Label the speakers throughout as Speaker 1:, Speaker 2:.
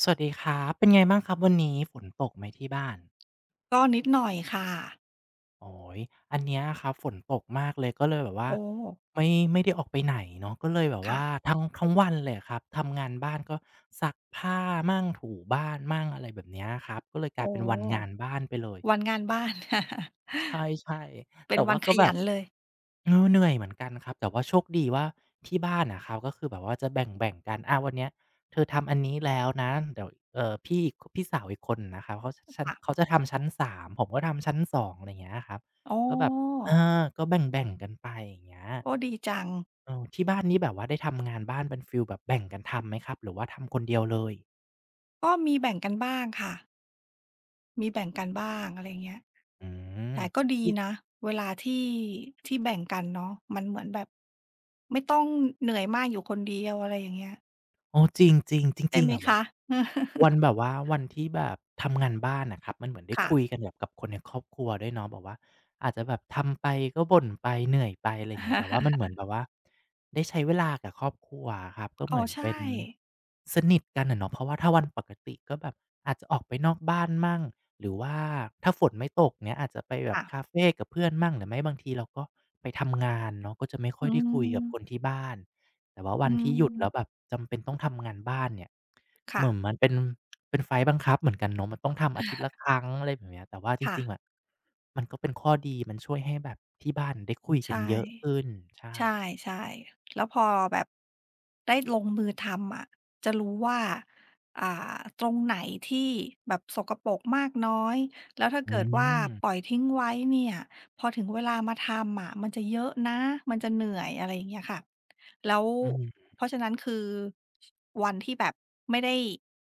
Speaker 1: สวัสดีครับเป็นไงบ้างครับวันนี้ฝนตกไหมที่บ้าน
Speaker 2: ก็นิดหน่อยค่ะ
Speaker 1: โอ้โฮอันเนี้ยครับฝนตกมากเลยก็เลยแบบว่า
Speaker 2: โอ้
Speaker 1: ไม่ไม่ได้ออกไปไหนเนาะก็เลยแบบ
Speaker 2: ค่ะ
Speaker 1: ว่าทั้งวันเลยอะครับทำงานบ้านก็ซักผ้ามั่งถูบ้านมั่งอะไรแบบเนี้ยครับก็เลยกลาย
Speaker 2: โอ้
Speaker 1: เป็นวันงานบ้านไปเลย
Speaker 2: วันงานบ้าน
Speaker 1: ใช่ ๆ
Speaker 2: เป็น
Speaker 1: แต่
Speaker 2: วัน
Speaker 1: ว่า
Speaker 2: ข
Speaker 1: ก็แบ
Speaker 2: ยั
Speaker 1: บ
Speaker 2: นเลย
Speaker 1: เออเหนื่อยเหมือนกันครับแต่ว่าโชคดีว่าที่บ้านอะครับก็คือแบบว่าจะแบ่งๆกันอาวันเนี้ยเธอทำอันนี้แล้วนะเดี๋ยวเอ่อพี่พี่สาวอีกคนนะครับเขาชั้นเขา
Speaker 2: ค่ะ
Speaker 1: จะทำชั้นสามผมก็ทำชั้นสองอะไรอย่างเงี้ยครับ
Speaker 2: อ๋อ
Speaker 1: ก็แบบเอก็แบ่งๆกันไปอย่างเงี้ย
Speaker 2: โอ้ดีจัง
Speaker 1: เออที่บ้านนี้แบบว่าได้ทำงานบ้านเป็นฟิลแบบแบ่งกันทำไหมครับหรือว่าทำคนเดียวเลย
Speaker 2: ก็มีแบ่งกันบ้างค่ะมีแบ่งกันบ้างอะไรเงี้ย
Speaker 1: อืม
Speaker 2: แต่ก็ดีนะเวลาที่แบ่งกันเนาะมันเหมือนแบบไม่ต้องเหนื่อยมากอยู่คนเดียวอะไรอย่างเงี้ย
Speaker 1: อ๋อจริงจริงจ
Speaker 2: ใช่
Speaker 1: ริง
Speaker 2: ไหม
Speaker 1: ๆอะวะ
Speaker 2: คะ
Speaker 1: วัน แบบว่าวันที่แบบทำงานบ้านอะครับมันเหมือนได้
Speaker 2: ค่ะ
Speaker 1: คุยกันแบบกับคนในครอบครัวด้วยเนาะแบบว่าอาจจะแบบทำไปก็บ่นไปเหนื่อยไปอะไรอย่างเงี้ยแต่ว่ามันเห มือนแบบว่าได้ใช้เวลากับครอบครัวอะครับก็
Speaker 2: อ๋
Speaker 1: เห
Speaker 2: อ
Speaker 1: มือน
Speaker 2: ใช่
Speaker 1: เป็นสนิทกันอะเนาะเพราะว่าถ้าวันปกติก็แบบอาจจะออกไปนอกบ้านมั่งหรือว่าถ้าฝนไม่ตกเงี้ยอาจจะไปแบบ
Speaker 2: ค่ะ
Speaker 1: คาเฟกับเพื่อนมั่งหรือไม่บางทีเราก็ไปทำงานเนาะก็จะไม่ค่
Speaker 2: อื
Speaker 1: อยได้คุยกับคน
Speaker 2: ม
Speaker 1: ที่บ้าน แต่ว่า
Speaker 2: อื
Speaker 1: วันที่หยุดแล้วแบ
Speaker 2: ม
Speaker 1: บจำเป็นต้องทำงานบ้านเนี่ยเห
Speaker 2: ค่ะ
Speaker 1: มือนมันเป็นไฟต์บังคับเหมือนกันเนาะมันต้องทำอาทิตย์ละค รั้งอะไรแบบเนี้ยแต่ว่าจ
Speaker 2: ค่ะ
Speaker 1: ริงๆอะมันก็เป็นข้อดีมันช่วยให้แบบที่บ้านได้คุยกั
Speaker 2: ใช่
Speaker 1: นเยอะขึ้นใช่
Speaker 2: ใช่ใช่แล้วพอแบบได้ลงมือทำอะจะรู้ว่าอ่าตรงไหนที่แบบสกปรกมากน้อยแล้วถ้า
Speaker 1: อื
Speaker 2: เกิดว่าปล่อ
Speaker 1: ม
Speaker 2: ยทิ้งไว้เนี่ยพอถึงเวลามาทำอะมันจะเยอะนะมันจะเหนื่อยอะไรอย่างเงี้ยค่ะ แล้ว
Speaker 1: อืม
Speaker 2: เพราะฉะนั้นคือวันที่แบบไม่ได้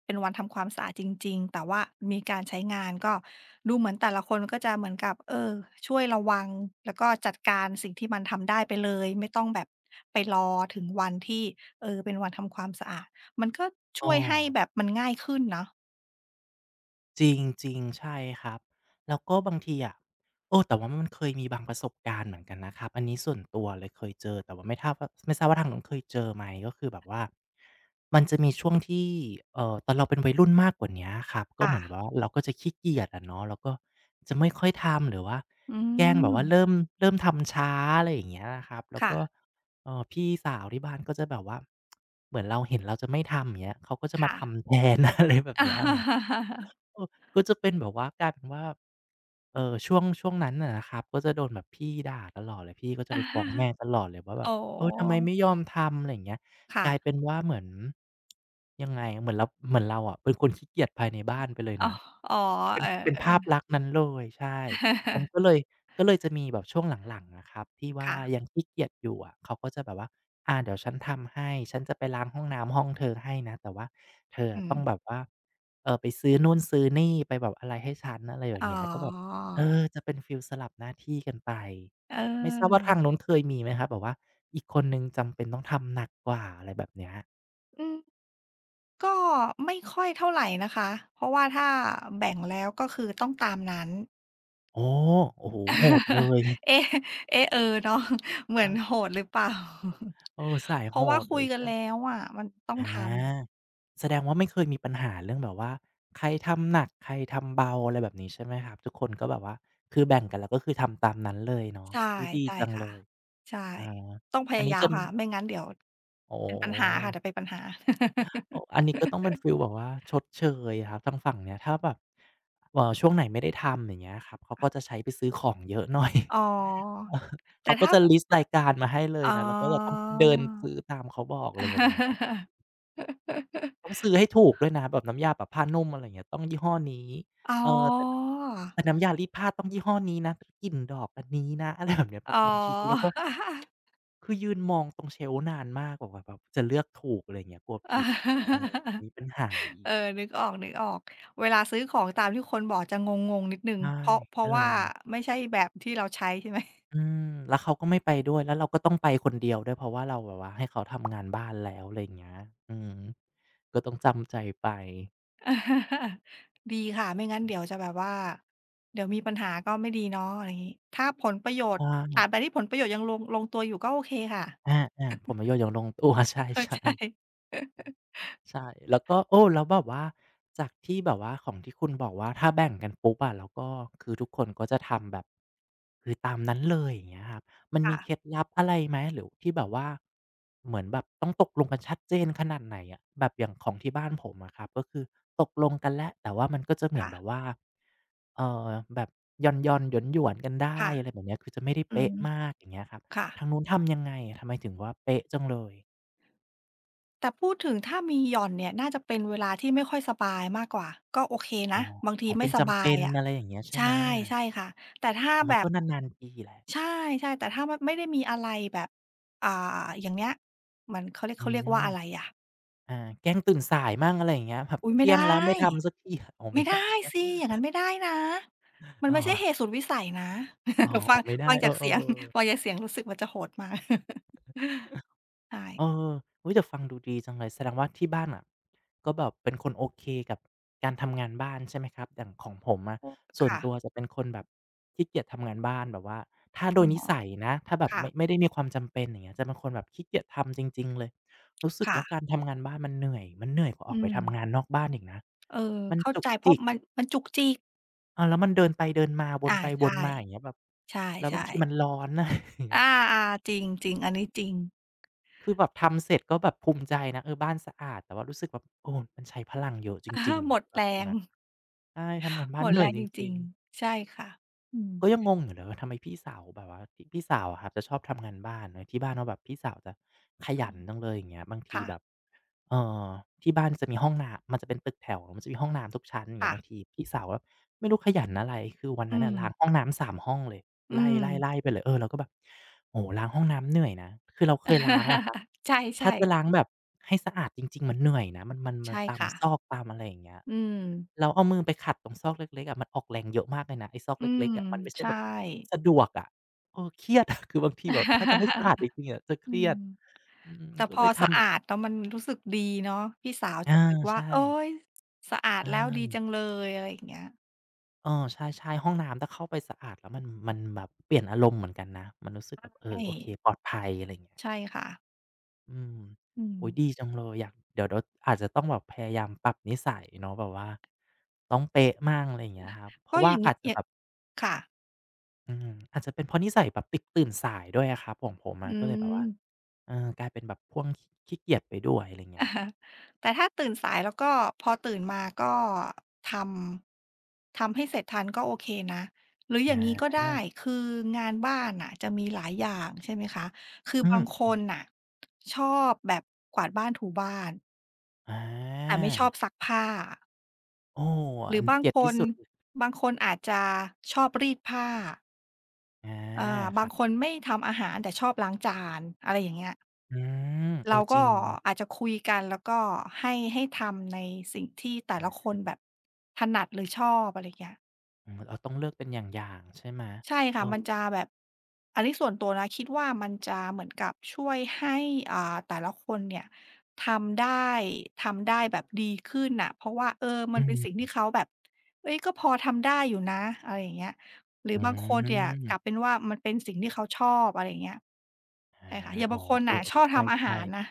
Speaker 2: เป็นวันทำความสะอาดจริงๆแต่ว่ามีการใช้งานก็ดูเหมือนแต่ละคนก็จะเหมือนกับเออช่วยระวังแล้วก็จัดการสิ่งที่มันทำได้ไปเลยไม่ต้องแบบไปรอถึงวันที่เออเป็นวันทำความสะอาดมันก็
Speaker 1: อ้
Speaker 2: ช่
Speaker 1: อ
Speaker 2: วยให้แบบมันง่ายขึ้นเนาะ
Speaker 1: จริงจริงใช่ครับแล้วก็บางทีอ่ะโอ้แต่ว่ามันเคยมีบางประสบการณ์เหมือนกันนะครับอันนี้ส่วนตัวเลยเคยเจอแต่ว่าไม่ทราบว่าทางนู้นเคยเจอไหมก็คือแบบว่ามันจะมีช่วงที่ตอนเราเป็นวัยรุ่นมากกว่านี้ครับก็
Speaker 2: ค่ะ
Speaker 1: เหมือนแบบว่าเราก็จะขี้เกียจอะเนาะเราก็จะไม่ค่อยทำหรือว่า
Speaker 2: อื
Speaker 1: แกล้งแบบว่า
Speaker 2: ม
Speaker 1: เริ่มทำช้าอะไรอย่างเงี้ยนะครับแล้วก็
Speaker 2: ค่ะ
Speaker 1: พี่สาวที่บ้านก็จะแบบว่าเหมือนเราเห็นเราจะไม่ทำอย่างเงี้ยเขาก็จะมา
Speaker 2: ค่ะ
Speaker 1: ทำแทน อะไรแบบเนี้ยเนาะ เออก็จะเป็นแบบว่ากลายเป็นว่าช่วงนั้นน่ะนะครับก็จะโดนแบบพี่ด่าตลอดเลยพี่ก็จะไปฟ้องแม่ ตลอดเลยว่าแบ
Speaker 2: อ๋
Speaker 1: บเออทำไม
Speaker 2: อ
Speaker 1: ไม่ยอมทำอะไรอย่างเงี้ยก
Speaker 2: ค่ะ
Speaker 1: ลายเป็นว่าเหมือนยังไงเหมือนเราอะเป็นคนขี้เกียจภายในบ้านไปเลย
Speaker 2: อ๋อ
Speaker 1: นะ
Speaker 2: อ๋อเอ
Speaker 1: เป็น
Speaker 2: อ
Speaker 1: ภาพ
Speaker 2: ๆ
Speaker 1: ลักษณ์นั้นเลยใช่มันก็เลยจะมีแบบช่วงหลังๆอะครับที่ ว่า
Speaker 2: ค่ะ
Speaker 1: ยังขี้เกียจอยู่อะเขาก็จะแบบว่าอาเดี๋ยวฉันทำให้ฉันจะไปล้างห้องน้ำห้องเธอให้นะแต่ว่าเธอ
Speaker 2: อื
Speaker 1: อะ
Speaker 2: ม
Speaker 1: ต้องแบบว่าไปซื้อนู่นซื้อนี่ไปแบบอะไรให้ฉันอะไรอย่า
Speaker 2: อ๋อ
Speaker 1: งเงี้ยก็แบบเออจะเป็นฟีลสลับหน้าที่กันไป
Speaker 2: เ
Speaker 1: ไม่ทราบว่า
Speaker 2: ออ
Speaker 1: ทางนู้นเคยมีไหมครับแบบว่าอีกคนหนึ่งจำเป็นต้องทำหนักกว่าอะไรแบบเนี้ย
Speaker 2: อืมก็ไม่ค่อยเท่าไรนะคะ เพราะว่าถ้าแบ่งแล้วก็คือต้องตามนั้น
Speaker 1: โอ้โอ้โฮโหดเลย
Speaker 2: เอ๊ะเอ๊ะเออเนาะ เหมือ
Speaker 1: เอ
Speaker 2: นโห
Speaker 1: อ
Speaker 2: ดหรือเปล่า
Speaker 1: เออสาย
Speaker 2: เพ
Speaker 1: โห
Speaker 2: ราะว่า
Speaker 1: ด
Speaker 2: คุ
Speaker 1: เล
Speaker 2: ย
Speaker 1: ย
Speaker 2: กัน
Speaker 1: ใช่
Speaker 2: แล้วอะมันต้อง
Speaker 1: อ
Speaker 2: ทำ
Speaker 1: าแสดงว่าไม่เคยมีปัญหาเรื่องแบบว่าใครทำหนักใครทำเบาอะไรแบบนี้ใช่ไหมครับทุกคนก็แบบว่าคือแบ่งกันแล้วก็คือทำตามนั้นเลยเนาะ
Speaker 2: ใช่
Speaker 1: อุ๊ยดี
Speaker 2: ใช่
Speaker 1: จัง
Speaker 2: ค่ะ
Speaker 1: เลย
Speaker 2: ใช่
Speaker 1: อา
Speaker 2: ต้องพ
Speaker 1: อัน
Speaker 2: ยา
Speaker 1: นี้
Speaker 2: ยาม
Speaker 1: จะ
Speaker 2: ค่ะ ไม่งั้นเดี๋ยว
Speaker 1: อ๋อ
Speaker 2: เป็นปัญหาค่ะเดี๋ยวเป็นปัญหา
Speaker 1: โอ้ออันนี้ก็ต้องเป็นฟีลแบบว่าชดเชยอะครับทางฝั่งเนี้ยถ้าแบบช่วงไหนไม่ได้ทำอย่างเงี้ยครับเขาก็จะใช้ไปซื้อของเยอะหน่อย
Speaker 2: อ๋อ
Speaker 1: เออ
Speaker 2: แต่
Speaker 1: เขาก็
Speaker 2: ถ้า
Speaker 1: จะลิสต์รายการมาให้เลย
Speaker 2: อ๋อ
Speaker 1: นะแล้วก็จะต้องเดินซื้อตามเขาบอกอะไรแบบเนี้ย ต้องซื้อให้ถูกด้วยนะแบบน้ำยาแบบผ้านุ่มอะไรอย่างเงี้ยต้องยี่ห้อนี้
Speaker 2: อ๋
Speaker 1: เออแต่
Speaker 2: อ
Speaker 1: แต่น้ำยารีดผ้าต้องยี่ห้อนี้นะกลิ่นดอกอันนี้นะ อะไรแบบเนี้ยแบ
Speaker 2: อ๋
Speaker 1: บ
Speaker 2: อ
Speaker 1: บางทีเราก็คือยืนมองตรงเชลฟ์นานมากกว่าแบบจะเลือกถูกอะไรอย่างเงี้ยกลัวผิดเออมีปัญหา
Speaker 2: เอ
Speaker 1: อี
Speaker 2: อ
Speaker 1: ก
Speaker 2: นึกออกๆเวลาซื้อของตามที่คนบอกจะงงๆนิดหนึ่ง
Speaker 1: ใช่
Speaker 2: เพราะเพ
Speaker 1: เอ
Speaker 2: ราะ
Speaker 1: อ
Speaker 2: ว่าไม่ใช่แบบที่เราใช้ใช่ไหม
Speaker 1: อืมแล้วเขาก็ไม่ไปด้วยแล้วเราก็ต้องไปคนเดียวด้วยเพราะว่าเราแบบว่าให้เขาทำงานบ้านแล้วอะไรอย่างเงี้ยอืมก็ต้องจำใจไป
Speaker 2: ดีค่ะ ไม่งั้นเดี๋ยวจะแบบว่า เดี๋ยวมีปัญหาก็ไม่ดีเนาะอะไรงี้ถ้าผลประโยชน์
Speaker 1: ใช่
Speaker 2: ตราบใดที่ผลประโยชน์ยังลงตัวอยู่ก็โอเคค่ะ
Speaker 1: อาๆผมมาโยชนอย่างลงตัว ใช
Speaker 2: เข้า
Speaker 1: ่
Speaker 2: ใจ
Speaker 1: ๆ ใช่แล้วก็โอ้แล้วแบบว่าจากที่แบบว่าของที่คุณบอกว่าถ้าแบ่งกันปุ๊บอะแล้วก็คือทุกคนก็จะทำแบบคือตามนั้นเลยอย่างเงี้ยครับมั น
Speaker 2: ค่ะ
Speaker 1: มีเคล็ดลับอะไรไหมหรือที่แบบว่าเหมือนแบบต้องตกลงกันชัดเจนขนาดไหนอะแบบอย่างของที่บ้านผมอะครับก็คือตกลงกันแล้วแต่ว่ามันก็จะเหมือน
Speaker 2: ค่ะ
Speaker 1: แบบว่าเอ่อแบบหย่อนๆหยวนๆกันได้
Speaker 2: ค่ะ
Speaker 1: อะไรแบบเนี้ยคือจะไม่ได้
Speaker 2: อื
Speaker 1: เป๊ะ
Speaker 2: ม
Speaker 1: มากอย่างเงี้ยครับ
Speaker 2: ค่ะ
Speaker 1: ทางนู้นทำยังไงทำไมถึงว่าเป๊ะจังเลย
Speaker 2: แต่พูดถึงถ้ามีหย่อนเนี่ยน่าจะเป็นเวลาที่ไม่ค่อยสบายมากกว่าก็โอเค
Speaker 1: อ๋อ
Speaker 2: นะบางที
Speaker 1: อ๋อ
Speaker 2: ไม่
Speaker 1: เป็น
Speaker 2: ส
Speaker 1: จำ
Speaker 2: บา
Speaker 1: เป็
Speaker 2: ย
Speaker 1: น
Speaker 2: อะ
Speaker 1: อะไรอย่างเงี้ยใช่ไหม
Speaker 2: ใช่ใช่ค่ะแต่ถ้า
Speaker 1: มั
Speaker 2: แบ
Speaker 1: น
Speaker 2: บ
Speaker 1: ก็นานๆทีแหละ
Speaker 2: ใช่ๆแต่ถ้ามันไม่ได้มีอะไรแบบอ่าอย่างเงี้ยมันเขาเรียก
Speaker 1: อื
Speaker 2: เขาเรียก
Speaker 1: ม
Speaker 2: ว่าอะไรอะ
Speaker 1: อ่าแกล้งตื่นสายมั่งอะไรอย่างเงี้ยแบบ
Speaker 2: อุ๊ยไม่
Speaker 1: เที่ย
Speaker 2: ได้
Speaker 1: งแล้วไม่ทำสักที อ๋อไม่
Speaker 2: ไม่
Speaker 1: ได้
Speaker 2: ได้
Speaker 1: ใช่ไห
Speaker 2: สิ
Speaker 1: ม
Speaker 2: อย่างนั้นไม่ได้นะมัน
Speaker 1: อ๋อ
Speaker 2: ไม่ใช่เหตุสุดวิสัยนะ
Speaker 1: อ๋อ
Speaker 2: ฟัง
Speaker 1: ๆไม่ได้
Speaker 2: ฟัง
Speaker 1: เออ
Speaker 2: จากเสียง
Speaker 1: ๆ
Speaker 2: ฟั
Speaker 1: ๆ
Speaker 2: งจากเสียงรู้สึกมันจะโหดมาก
Speaker 1: เอ
Speaker 2: ใช่
Speaker 1: ออุ้ยแต่ฟังดูดีจังเลยแสดงว่าที่บ้านอ่ะก็แบบเป็นคนโอเคกับการทำงานบ้านใช่ไหมครับอย่างของผมอะส่วนตัวจะ
Speaker 2: ค่ะ
Speaker 1: เป็นคนแบบขี้เกียจทำงานบ้านแบบว่าถ้าโด
Speaker 2: อ้อ
Speaker 1: ยนิ
Speaker 2: ค่ะ
Speaker 1: สัยนะถ้าแบบ
Speaker 2: ค่ะ
Speaker 1: ไม่ได้มีความจำเป็นอย่างเงี้ยจะเป็นคนแบบขี้เกียจทำจริงๆเลยรู้สึก
Speaker 2: ค่ะ
Speaker 1: ว่าการทำงานบ้านมันเหนื่อยกว่าออ
Speaker 2: อื
Speaker 1: กไป
Speaker 2: ม
Speaker 1: ทำงานนอกบ้านอีกนะ
Speaker 2: เออ
Speaker 1: มัน
Speaker 2: เข้า
Speaker 1: จุก
Speaker 2: ใจเพราะ
Speaker 1: จิก
Speaker 2: มันจุกจิก
Speaker 1: เออแล้วมันเดินไปเดินมาวน
Speaker 2: อา
Speaker 1: ไปว
Speaker 2: ใช่
Speaker 1: นมาอย่างเงี้ยแบบ
Speaker 2: ใช
Speaker 1: แล้วบาง
Speaker 2: ่
Speaker 1: ทีมันร้อนนะ
Speaker 2: ๆ อาๆจริงๆอันนี้จริง
Speaker 1: คือแบบทำเสร็จก็แบบภูมิใจนะเออบ้านสะอาดแต่ว่ารู้สึกแบบโอ้มันใช้พลังเยอะจ
Speaker 2: อะ
Speaker 1: ริ
Speaker 2: ฮะ
Speaker 1: ง
Speaker 2: หมด
Speaker 1: ๆแบ
Speaker 2: แร
Speaker 1: บทำ
Speaker 2: ง
Speaker 1: งานใช่ทำงาน
Speaker 2: ห
Speaker 1: บ้า
Speaker 2: ม
Speaker 1: น
Speaker 2: ด
Speaker 1: เห
Speaker 2: แร
Speaker 1: นื่อย
Speaker 2: ง
Speaker 1: จ
Speaker 2: จริ
Speaker 1: ริ
Speaker 2: ง
Speaker 1: งๆ
Speaker 2: ๆใช่ค่ะอืม
Speaker 1: ก็ยังงงอยู่เลยว่าทำไมพี่สาวแบบว่าพี่สาวอะครับจะชอบทำงานบ้านเออที่บ้านว่าแบบพี่สาวจะข
Speaker 2: อื
Speaker 1: ยัน
Speaker 2: ม
Speaker 1: จังเลยอย่างเงี้ยบางที
Speaker 2: ค่ะ
Speaker 1: แบบ เอ่อที่บ้านจะมีห้องน้ำมันจะเป็นตึกแถวมันจะมีห้องน้ำทุกชั้นอย่างเงี้
Speaker 2: ค่ะ
Speaker 1: ยบางทีพี่สาวแบบไม่รู้ขยันอะไรคือวัน
Speaker 2: อื
Speaker 1: นั้นน่ะ
Speaker 2: ม
Speaker 1: ล้างห้องน้ำ3ห้องเลย
Speaker 2: อืม
Speaker 1: ไล่ๆๆไปเลยเออเราก็แบบโอ้โฮล้างห้องน้ำเหนื่อยนะคือเราเคยล้างอะครับ ถ้า
Speaker 2: ใช่
Speaker 1: จะล้า
Speaker 2: ๆ
Speaker 1: งแบบให้สะอาดจริงๆมันเหนื่อยนะมัน
Speaker 2: ใช่
Speaker 1: ตาม
Speaker 2: ค่ะ
Speaker 1: ซอกตามอะไรอย่างเงี้ย
Speaker 2: อืม
Speaker 1: เราเอามือไปขัดตรงซอกเล็กๆอะมันออกแรงเยอะมากเลยนะไอ้ซอก
Speaker 2: อื
Speaker 1: เล็
Speaker 2: ม
Speaker 1: กๆอะมันไม่ใช่
Speaker 2: ใช่
Speaker 1: แบบสะดวกอะเออเครียดอะ คือบางทีแบบถ้าจะให้สะอาดจ ริงๆอะจะเค
Speaker 2: อื
Speaker 1: รีย
Speaker 2: ม
Speaker 1: ดอืม
Speaker 2: แต่
Speaker 1: ก็
Speaker 2: พอ
Speaker 1: เลย
Speaker 2: สะ
Speaker 1: ทำแบ
Speaker 2: อา
Speaker 1: บ
Speaker 2: ดแล้วมันรู้สึกดีเนาะพี่สาวจะ
Speaker 1: อา
Speaker 2: รู้สึกว่า
Speaker 1: ใช่
Speaker 2: โอ๊ยสะอาดแล้วดี
Speaker 1: อา
Speaker 2: จังเลยอะไรอย่างเงี้ย
Speaker 1: เออใช่ๆห้องน้ำถ้าเข้าไปสะอาดแล้วมันแบบเปลี่ยนอารมณ์เหมือนกันนะมันรู้สึกแบบเอ
Speaker 2: ใช่
Speaker 1: อโอเคปลอดภัยอะไรอย่างเงี้ย
Speaker 2: ใช่ค่ะ
Speaker 1: อืม
Speaker 2: อืม
Speaker 1: อุ๊ยดีจังเลยอยากเดี๋ยวๆอาจจะต้องแบบพยายามปรับนิสัยเนาะแบบว่าต้องเป๊ะมั่งอะไรอย่างเงี้ยครับเพ
Speaker 2: ก็
Speaker 1: ราะ
Speaker 2: อ
Speaker 1: ว่า
Speaker 2: ย่างงี้
Speaker 1: อาจจะ
Speaker 2: อย่าง
Speaker 1: แบบ
Speaker 2: ค่ะ
Speaker 1: อืมอาจจะเป็นเพราะนิสัยแบบติดตื่นสายด้วยอะครับของผมอะ
Speaker 2: อื
Speaker 1: ก็เลยแบบ
Speaker 2: ม
Speaker 1: ว่าเออกลายเป็นแบบพ่วงขขี้เกียจไปด้วยอะไรอย่าง เงี้
Speaker 2: อะ
Speaker 1: ย
Speaker 2: ฮะแต่ถ้าตื่นสายแล้วก็พอตื่นมาก็ททำให้เสร็จทันก็โอเคนะ หรืออ
Speaker 1: อ
Speaker 2: ย่างงี้ก็ได้
Speaker 1: า
Speaker 2: คืองานบ้านน่ะจะมีหลายอย่างใช่ไหมคะคือ
Speaker 1: อื
Speaker 2: บาง
Speaker 1: ม
Speaker 2: คนน่ะชอบแบบกวาดบ้านถูบ้าน
Speaker 1: อา
Speaker 2: แต่ไม่ชอบซักผ้า
Speaker 1: โอ้
Speaker 2: หรื
Speaker 1: อั
Speaker 2: อ
Speaker 1: น
Speaker 2: บาง
Speaker 1: เกลียด
Speaker 2: ค
Speaker 1: ที่
Speaker 2: น
Speaker 1: สุด
Speaker 2: บางคนอาจจะชอบรีดผ้า
Speaker 1: อา
Speaker 2: เอ่อ
Speaker 1: ค
Speaker 2: บาง
Speaker 1: รับ
Speaker 2: คนไม่ทำอาหารแต่ชอบล้างจานอะไรอย่างเงี้ย
Speaker 1: อืมโอ้
Speaker 2: เรา
Speaker 1: จริ
Speaker 2: ก็
Speaker 1: งเนาะ
Speaker 2: อาจจะคุยกันแล้วก็ให้ทำในสิ่งที่แต่
Speaker 1: อา
Speaker 2: ละคนแบบถนัดหรือชอบอะไรเงี้ย
Speaker 1: อืมเราต้องเลือกเป็นอย่างๆใช่ไหม
Speaker 2: ใช่
Speaker 1: เอ
Speaker 2: ค่ะ
Speaker 1: อ
Speaker 2: มันจะแบบอันนี้ส่วนตัวนะคิดว่ามันจะเหมือนกับช่วยให้แต่ละคนเนี่ยทำได้ทำได้แบบดีขึ้นน่ะเพราะว่าเออมั
Speaker 1: อื
Speaker 2: นเป็นสิ่งที่
Speaker 1: ม
Speaker 2: เขาแบบเฮ้ยก็พอทำได้อยู่นะอะไรอย่างเงี้ยหรือ
Speaker 1: อื
Speaker 2: บางคนเนี่ยกลับเป็
Speaker 1: ม
Speaker 2: นว่ามันเป็นสิ่งที่เขาชอบอะไรอย่างเงี้ย
Speaker 1: อา
Speaker 2: ใช่ค่ะอย่าง
Speaker 1: อ๋อ
Speaker 2: บางคน
Speaker 1: เออ
Speaker 2: น่ะชอบ
Speaker 1: ๆใ
Speaker 2: ทำอา
Speaker 1: ช่
Speaker 2: หารนะ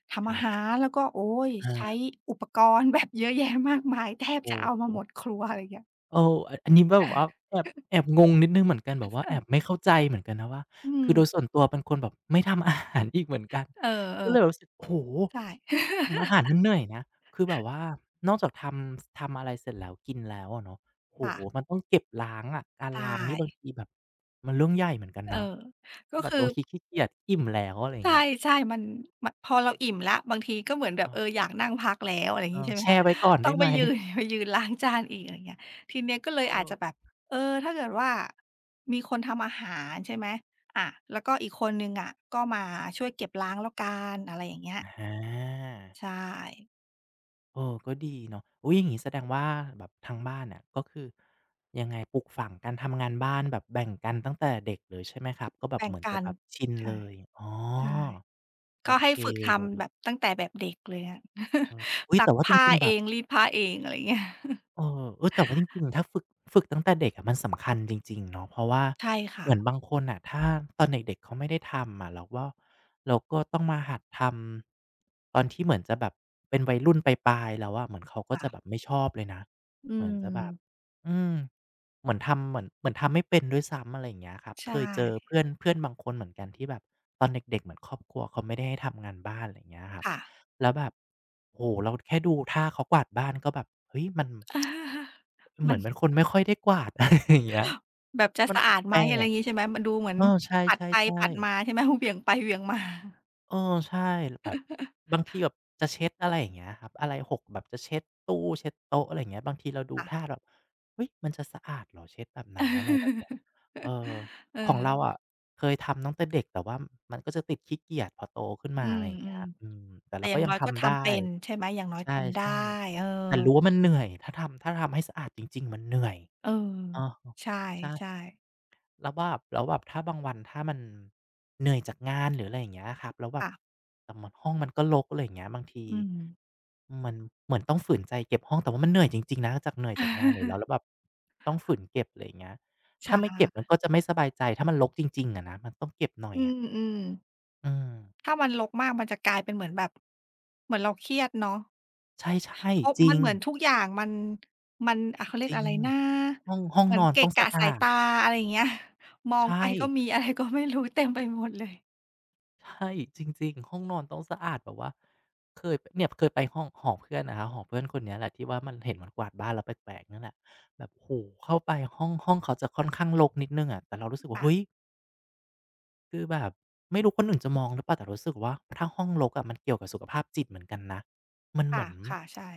Speaker 1: ๆค
Speaker 2: ทำ
Speaker 1: รั
Speaker 2: อา
Speaker 1: บ
Speaker 2: หารแล้วก็โอ๊ยใช้
Speaker 1: อา
Speaker 2: อุปกรณ์ แบบเยอะแยะมากมายแทบ
Speaker 1: โอ
Speaker 2: จะเอามา
Speaker 1: ้
Speaker 2: หมดครัวอะไรอย่างเงี้ย
Speaker 1: เออออันนี้แบบว่า แอบงงนิดหนึ่งเหมือนกัน แบบว่าแอ
Speaker 2: อา
Speaker 1: บไม่เข้าใจเหมือนกันนะว่า
Speaker 2: อืม
Speaker 1: คือโดยส่วนตัวเป็นคนแบบไม่ทำอาหารอีกเหมือนกัน
Speaker 2: เออ
Speaker 1: ก็เลยแบบรู้สึกโอ้โ
Speaker 2: ๆใช่
Speaker 1: ฮทำอาหาร มันเหนื่อยนะคือแบบว่านอกจากทำอะไรเสร็จแล้วกินแล้วอะเนาะโอ้
Speaker 2: ค่ะ
Speaker 1: โฮมันต้องเก็บล้างอะการ
Speaker 2: ใช่
Speaker 1: ล้างนี่บางทีแบบมันเรื่องใหญ่เหมือนกัน
Speaker 2: เออ
Speaker 1: นะ
Speaker 2: ก็
Speaker 1: แบบ
Speaker 2: คือ
Speaker 1: บางทีขี้เกียจอิ่มแล้วอะไรอ
Speaker 2: ใ
Speaker 1: ย่างเงี้ย
Speaker 2: ช่ๆมันมพอเราอิ่มแล้วบางทีก็เหมือนแบ
Speaker 1: เอ
Speaker 2: บ
Speaker 1: อ
Speaker 2: เอออยากนั่งพักแล้วอะไรอย่าง
Speaker 1: เอ
Speaker 2: งี้
Speaker 1: อ
Speaker 2: ใช่ไหม
Speaker 1: แช่
Speaker 2: คะ
Speaker 1: ไว้ก่อน
Speaker 2: ต้อ
Speaker 1: ได้
Speaker 2: งไป
Speaker 1: ไหม
Speaker 2: ยืน ไปยืนล้างจานอีกอะไรอย่างเงี้ยทีเนี้ยก็เลย
Speaker 1: เอ
Speaker 2: อาจจะ
Speaker 1: อ
Speaker 2: แบบเออถ้าเกิดว่ามีคนทำอาหารใช่ไหมอาแล้วก็อีกคนหนึ่งอะก็มาช่วยเก็บล้างแล้วกันอะไรอย่างเงี้ย
Speaker 1: อา
Speaker 2: ใช่
Speaker 1: เออก็ดีเนาะอุ๊ยอย่างงี้แสดงว่าแบบทางบ้านเนี่ยก็คือยังไงปลูกฝังการทำงานบ้านแบบแบ่งกันตั้งแต่เด็กเลยใช่ไหมครับก็แบบ
Speaker 2: แบ่ง
Speaker 1: เหมือน
Speaker 2: กั
Speaker 1: จะ
Speaker 2: น
Speaker 1: แบบชิน
Speaker 2: ใช่
Speaker 1: เลยอ๋อ
Speaker 2: ใช่
Speaker 1: โอ
Speaker 2: ก็ให้
Speaker 1: เค
Speaker 2: ฝึก
Speaker 1: เลย
Speaker 2: ทำแบบตั้งแต่แบบเด็กเลยอะ
Speaker 1: เออ อุ๊ย
Speaker 2: ซัก
Speaker 1: แต่ว่าจ
Speaker 2: ผ้า
Speaker 1: ริงๆแบ
Speaker 2: เอ
Speaker 1: บ
Speaker 2: งรีดผ้าเองอะไรเงี้ย
Speaker 1: เออเออแต่ว่าจริงๆถ้าฝึกตั้งแต่เด็กอะมันสำคัญจริงๆเนาะเพราะว่า
Speaker 2: ใช่
Speaker 1: เห
Speaker 2: ค่ะ
Speaker 1: มือนบางคนน่ะถ้าตอนเด็กๆเขาไม่ได้ทำอะเราก็ต้องมาหัดทำตอนที่เหมือนจะแบบเป็นวัยรุ่นปลายๆแล้วอะเหมือนเขาก็
Speaker 2: ค่ะ
Speaker 1: จะแบบไม่ชอบเลยนะ
Speaker 2: อื
Speaker 1: เหมือนจะแบบ
Speaker 2: ม
Speaker 1: อืมเหมือนทำเหมือนทำไม่เป็นด้วยซ้ำอะไรอย่างเงี้ยครับ
Speaker 2: ใช
Speaker 1: เคยเจอ
Speaker 2: ่
Speaker 1: เพื่อนเพื่อนบางคนเหมือนกันที่แบบตอนเด็กๆเหมือนครอบครัวเขาไม่ได้ให้ทำงานบ้านอะไรอย่างเงี้ยครับ
Speaker 2: ค่ะ
Speaker 1: แล้วแบบโอ้โฮเราแค่ดูท่าเขากวาดบ้านก็แบบเฮ้ยมัน เห
Speaker 2: มั
Speaker 1: มือ
Speaker 2: น
Speaker 1: นเป็นคนไม่ค่อยได้กวาด อะไรอย่างเงี้ย
Speaker 2: แบบจะ
Speaker 1: มัน
Speaker 2: สะอาดไห
Speaker 1: แป
Speaker 2: ม
Speaker 1: ล
Speaker 2: อะไรอ
Speaker 1: ก
Speaker 2: ย่างงี้ใช่ไหมมันดูเหมื
Speaker 1: ๆ
Speaker 2: อน
Speaker 1: เออใช
Speaker 2: ปัดไป
Speaker 1: ่
Speaker 2: ปัด
Speaker 1: ๆๆ
Speaker 2: มาใช่ไหม เหวี่ยงไปเหวี่ยงมา
Speaker 1: เออใช่แบบบางทีแบบจะเช็ดอะไรอย่างเงี้ยครับอะไรหกแบบจะเช็ดตู้เช็ดโต๊ะอะไรอย่างเงี้ยบางทีเราดู
Speaker 2: ค่ะ
Speaker 1: ท่าแบบเฮ้ยมันจะสะอาดเหรอเช็ดแบบนั้นอะไรแบบเนี้ย เออ
Speaker 2: เ
Speaker 1: ของเรา
Speaker 2: ออ
Speaker 1: อะเคยทำตั้งแต่เด็กแต่ว่ามันก็จะติดขี้เกียจพอโตขึ้น
Speaker 2: อื
Speaker 1: มาอะไรอย่าง
Speaker 2: ม
Speaker 1: เงี้ยอืมแต่
Speaker 2: ๆแต่
Speaker 1: เรา
Speaker 2: อย่า
Speaker 1: ก็
Speaker 2: ง
Speaker 1: ยั
Speaker 2: น้
Speaker 1: ง
Speaker 2: อยก็
Speaker 1: ทำได้
Speaker 2: ทำเป็นใช่ไหมอย่างน้อย
Speaker 1: ใ
Speaker 2: ทำได้
Speaker 1: ช่
Speaker 2: เออ
Speaker 1: ๆ แต่รู้ว่ามันเหนื่อย ถ้าทำถ้าทำให้สะอาดจริงๆมันเหนื่อย
Speaker 2: เออ
Speaker 1: เออ
Speaker 2: ใช
Speaker 1: ใช่
Speaker 2: ่ๆ
Speaker 1: แล้วแบบถ้าบางวันถ้ามันเหนื่อยจากงานหรืออะไรอย่างเงี้ยครับแล้วแบบ
Speaker 2: ค่ะ
Speaker 1: แต่มันห้องมันก็รกอะไรอย่างเงี้ยบางที
Speaker 2: อืม
Speaker 1: มันเหมือนต้องฝืนใจเก็บห้องแต่ว่ามันเหนื่อยจริงๆนะจากเหนื่อยจากงานอยู่แล้วแล้ วแบบต้องฝืนเก็บอะไรอย่างเงี้ย
Speaker 2: ใช
Speaker 1: ถ้าไม่เก็บมัน
Speaker 2: ่
Speaker 1: ก็จะไม่สบายใจถ้ามันรกจริงๆอะนะมันต้องเก็บหน่อย
Speaker 2: อื
Speaker 1: อะ
Speaker 2: มอืม
Speaker 1: อืม
Speaker 2: ถ้ามันรกมากมันจะกลายเป็นเหมือนแบบเหมือนเราเครียดเนาะ
Speaker 1: ใช่
Speaker 2: เพราะ
Speaker 1: ๆจริ
Speaker 2: มัน
Speaker 1: ง
Speaker 2: เหมือนทุกอย่างมันอ่ะเขาเรี
Speaker 1: จ
Speaker 2: ยก
Speaker 1: ริ
Speaker 2: อะไร
Speaker 1: ง
Speaker 2: นะ
Speaker 1: ห้อง
Speaker 2: เหมือ
Speaker 1: น
Speaker 2: น
Speaker 1: อน
Speaker 2: เกะ
Speaker 1: ต้อง
Speaker 2: กะ
Speaker 1: สะ
Speaker 2: สาย
Speaker 1: อาด
Speaker 2: ตาอะไรอย่างเงี้ย มองไป
Speaker 1: ใช่
Speaker 2: ก็มีอะไรก็ไม่รู้เต็มไปหมดเลย
Speaker 1: ใช่จริงๆห้องนอนต้องสะอาดแบบว่าเคยไปห้องหอเพื่อนนะครับหอเพื่อนคนเนี้ยแหละที่ว่ามันเห็นมันกวาดบ้านแล้วแปลกๆนั่นแหละแบบโอ้เข้าไปห้องเขาจะค่อนข้างรกนิดนึ่งอะแต่เรารู้สึกว่าเฮ้ย
Speaker 2: ค่ะ
Speaker 1: คือแบบไม่รู้คนอื่นจะมองหรือเปล่าแต่รู้สึกว่าถ้าห้องรกอะมันเกี่ยวกับสุขภาพจิตเหมือนกันนะมันเห
Speaker 2: ค่ะ
Speaker 1: มือน
Speaker 2: ค่ะใช่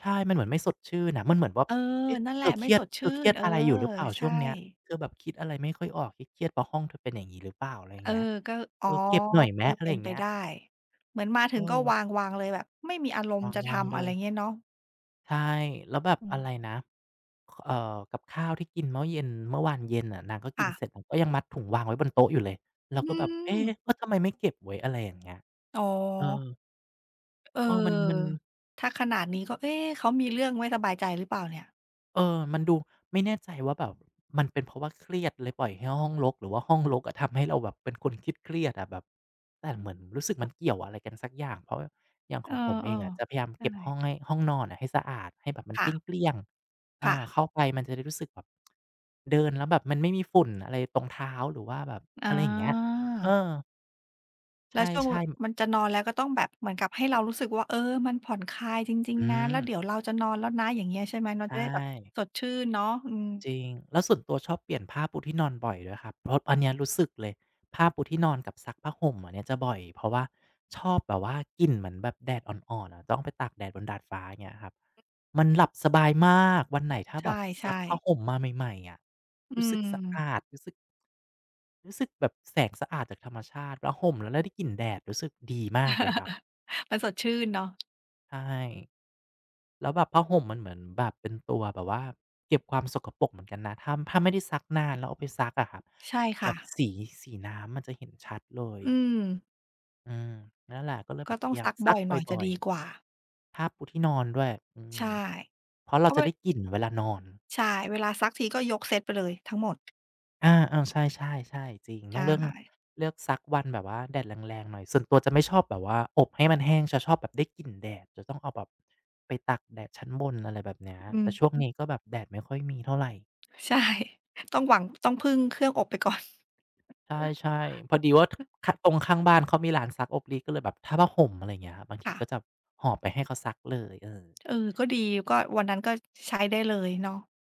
Speaker 1: ใช่มันเหมือนไม่สดชื่นน่ะมันเหมือนว่า
Speaker 2: เออ
Speaker 1: เอ๊ะ
Speaker 2: นั่นแหละไม่สด
Speaker 1: เธ
Speaker 2: ชื่
Speaker 1: อเครี
Speaker 2: น
Speaker 1: ยด
Speaker 2: เออ
Speaker 1: อะไรอยู่หรือเปล่าช่
Speaker 2: ใช่
Speaker 1: วงเนี้ยเธอแบบคิดอะไรไม่ค่อยออกเครียดๆเพราะห้องเธอเป็นอย่างนี้หรือเปล่าอะไรอ
Speaker 2: เอ
Speaker 1: ย่าง
Speaker 2: อ
Speaker 1: เงี้ย
Speaker 2: ก็อ๋อ
Speaker 1: เออเก็บหน่อยแม
Speaker 2: เออ
Speaker 1: มอะไร
Speaker 2: เป็
Speaker 1: อ
Speaker 2: น
Speaker 1: ย่าง
Speaker 2: ไป
Speaker 1: เงี้ย
Speaker 2: ได้เหมือนมาถึ
Speaker 1: เออ
Speaker 2: งก็วางเลยแบบไม่มีอารมณ์จะ
Speaker 1: ยังๆ
Speaker 2: ทำ
Speaker 1: เล
Speaker 2: อะไร
Speaker 1: ย
Speaker 2: เงี้ยเนาะ
Speaker 1: ใช่แล้วแบบ
Speaker 2: อื
Speaker 1: อะไร
Speaker 2: ม
Speaker 1: นะเอ่อกับข้าวที่กินเมื่อเย็นเมื่อวานเย็นน่ะนางก็กิน
Speaker 2: ค่ะ
Speaker 1: เสร็จนางก็ยังมัดถุงวางไว้บนโต๊ะอยู่เลยเรา
Speaker 2: อื
Speaker 1: ก็แบบ
Speaker 2: ม
Speaker 1: เอ๊ะเออทำไมไม่เก็บไว้อะไรอย่างเงี้ย
Speaker 2: อ๋อ
Speaker 1: เออ
Speaker 2: เ
Speaker 1: เออมัน
Speaker 2: ออถ้าขนาดนี้ก็เอ๊ะเขามีเรื่องไม่สบายใจหรือเปล่าเนี่ย
Speaker 1: เออ มันดูไม่แน่ใจว่าแบบมันเป็นเพราะว่าเครียดเลยปล่อยให้ห้องรกหรือว่าห้องรกอะทำให้เราแบบเป็นคนคิดเครียดอะแบบแต่เหมือนรู้สึกมันเกี่ยวอะไรกันสักอย่างเพราะอย่างข
Speaker 2: เอ
Speaker 1: อ
Speaker 2: อ
Speaker 1: งผมเองอะจะพยายาม
Speaker 2: ๆใช่
Speaker 1: เก็บห้องให้ห้องนอนอะให้สะอาดให้แบบมันเ
Speaker 2: ค่ะ
Speaker 1: กลี้ยงๆอา
Speaker 2: ค่ะ
Speaker 1: เข้าไปมันจะได้รู้สึกแบบเดินแล้วแบบมันไม่มีฝุ่นอะไรตรงเท้าหรือว่าแบบ
Speaker 2: อา
Speaker 1: อะไรอย่างเงี้ยเออใช
Speaker 2: แล้วช่วงว
Speaker 1: ่
Speaker 2: มัน
Speaker 1: ๆ
Speaker 2: จะนอนแล้วก็ต้องแบบเหมือนกับให้เรารู้สึกว่าเออมันผ่อนคลายจริงๆ
Speaker 1: อื
Speaker 2: นะแล้
Speaker 1: ม
Speaker 2: วเดี๋ยวเราจะนอนแล้วนะอย่างเงี้ยใช่ไหมเราจะ
Speaker 1: ใช่
Speaker 2: ได้แบบสดชื่นเนาะอืม
Speaker 1: จริงแล้วส่วนตัวชอบเปลี่ยนผ้าปูที่นอนบ่อยด้วยครับเพราะอันเนี้ยรู้สึกเลยผ้าปูที่นอนกับซักผ้าห่มอันเนี้ยจะบ่อยเพราะว่าชอบแบบว่ากลิ่นเหมือนแบบแดดอ่อนๆอะต้องไปตากแดดบนดาดฟ้าอย่างเงี้ยครับมันหลับสบายมากวันไหนถ้า
Speaker 2: ใ
Speaker 1: แบบซัก
Speaker 2: ช่
Speaker 1: ผ้า
Speaker 2: ๆ
Speaker 1: ห่มมาใหม่ๆอะ
Speaker 2: อื
Speaker 1: รู้สึกสะอา
Speaker 2: ม
Speaker 1: ดรู้สึกแบบแสงสะอาดจากธรรมชาติแล้วห่มแล้วแล้วได้กลิ่นแดดรู้สึกดีมากเลยครับ
Speaker 2: มันสดชื่นเนาะ
Speaker 1: ใช่ แล้วแบบผ้าห่มมันเหมือนแบบเป็นตัวแบบว่าเก็บความสกปรกเหมือนกันนะถ้าไม่ได้ซักนานแล้วเอาไปซักอะครับ
Speaker 2: ใช่
Speaker 1: แบ
Speaker 2: ค่ะ
Speaker 1: บสีน้ำมันจะเห็นชัดเลย
Speaker 2: อืม
Speaker 1: อืมนั่นแหละก็เลยแบ
Speaker 2: ก็
Speaker 1: บ
Speaker 2: ต้
Speaker 1: พ
Speaker 2: อง
Speaker 1: ยายา
Speaker 2: ซั
Speaker 1: ม
Speaker 2: ก
Speaker 1: ซั
Speaker 2: บ่อ
Speaker 1: ก
Speaker 2: ยห
Speaker 1: บ
Speaker 2: น่อยจะ
Speaker 1: ่อย
Speaker 2: ดีกว่า
Speaker 1: ๆผ้าปูที่นอนด้วยอืม
Speaker 2: ใช่
Speaker 1: เพราะ
Speaker 2: เพ
Speaker 1: เรา
Speaker 2: ราะ
Speaker 1: จะ
Speaker 2: ว่า
Speaker 1: ได้กลิ่นเวลานอน
Speaker 2: ใช่เวลาซักทีก็ยกเซตไปเลยทั้งหมด
Speaker 1: อาๆใช่ๆใช่จริงต้
Speaker 2: ใช่
Speaker 1: องเรื่องเลือกซักวันแบบว่าแดดแรงๆหน่อยส่วนตัวจะไม่ชอบแบบว่าอบให้มันแห้งจะชอบแบบได้กลิ่นแดดจะต้องเอาแบบไปตากแดดชั้นบนอะไรแบบเนี้ย
Speaker 2: อื
Speaker 1: แต่ช่วง
Speaker 2: ม
Speaker 1: นี้ก็แบบแดดไม่ค่อยมีเท่าไร
Speaker 2: ใช่ ต้องหวังต้องพึ่งเครื่องอบไปก่อน
Speaker 1: ใช่ๆพอดีว่าขตรงข้างบ้านเขามีร้านซักอบรีดก็เลยแบบถ้าผ้าห่มอะไรอย่างเงี้ยครับบาง ที
Speaker 2: ค่ะ
Speaker 1: ก็จะหอบไปให้เขาซักเลยเออ
Speaker 2: เออก็ดีก็วันนั้นก็ใช้ได้เลยเนาะ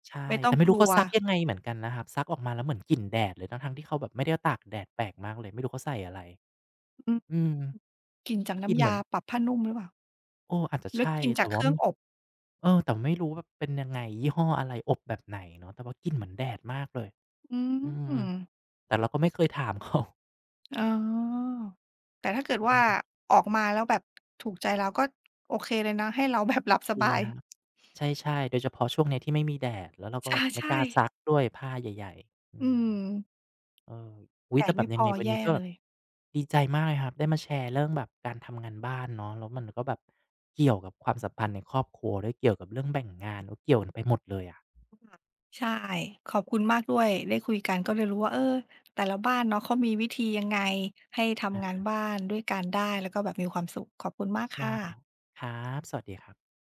Speaker 1: ใช่
Speaker 2: ไม่ต้อ
Speaker 1: แต่
Speaker 2: ง
Speaker 1: ไม่
Speaker 2: ก
Speaker 1: รู้
Speaker 2: ลั
Speaker 1: เขา
Speaker 2: ว
Speaker 1: ซักยังไงเหมือนกันนะครับซักออกมาแล้วเหมือนกลิ่นแดดเลยทั้งๆที่เขาแบบไม่ได้ตากแดดแปลกมากเลยไม่รู้เขาใส่อะไร
Speaker 2: อืม
Speaker 1: อืม
Speaker 2: กลิ่นจาก
Speaker 1: กลิ่น
Speaker 2: น้ำ
Speaker 1: เหมื
Speaker 2: ยา
Speaker 1: อน
Speaker 2: ปรับผ้านุ่มหรือเปล่า
Speaker 1: เอออาจจะ
Speaker 2: หรือ
Speaker 1: ใช่
Speaker 2: กลิ่นจา
Speaker 1: แต่
Speaker 2: กเค
Speaker 1: ว่า
Speaker 2: รื่อ
Speaker 1: ม
Speaker 2: งอบ
Speaker 1: เออแต่ไม่รู้ว่าเป็นยังไงยี่ห้ออะไรอบแบบไหนเนาะแต่ว่ากลิ่นเหมือนแดดมากเลย
Speaker 2: อื
Speaker 1: อืม
Speaker 2: ม
Speaker 1: แต่เราก็ไม่เคยถามเขา
Speaker 2: อ๋อแต่ถ้าเกิดว่าออกมาแล้วแบบถูกใจเราก็โอเคเลยนะให้เราแบบห
Speaker 1: โอ
Speaker 2: ลับ
Speaker 1: เค
Speaker 2: สบาย
Speaker 1: ครับ ใช่ๆโดยเฉพาะช่วงเนี้ยที่ไม่มีแดดแล้วเราก็แบบ ไม่ก
Speaker 2: ใช่
Speaker 1: ล้าซัก
Speaker 2: ๆ
Speaker 1: ด้วยผ้าใหญ่ๆอื
Speaker 2: อื
Speaker 1: ม
Speaker 2: ม
Speaker 1: เอออุ๊
Speaker 2: แด
Speaker 1: ย
Speaker 2: ด
Speaker 1: แต่แบ
Speaker 2: ไม่
Speaker 1: บ
Speaker 2: พ
Speaker 1: ยัง
Speaker 2: อ
Speaker 1: ไงวัน
Speaker 2: แย่
Speaker 1: นี้ก็แบ
Speaker 2: เล
Speaker 1: บ
Speaker 2: ย
Speaker 1: ดีใจมากเลยครับได้มาแชร์เรื่องแบบการทำงานบ้านเนาะแล้วมันก็แบบเกี่ยวกับความสัมพันธ์ในครอบครัวด้วยเกี่ยวกับเรื่องแบ่งงานโอ้เกี่ยวกันไปหมดเลยอะ
Speaker 2: ใช่ขอบคุณมากด้วยได้คุยกันก็เลยรู้ว่าเออแต่ละบ้านเนาะเขามีวิธียังไงให้ทำงาน
Speaker 1: อา
Speaker 2: บ้านด้วยกันได้แล้วก็แบบมีความสุขขอบคุณมากค
Speaker 1: ได้
Speaker 2: ่ะ
Speaker 1: ครับสวัสดีครับ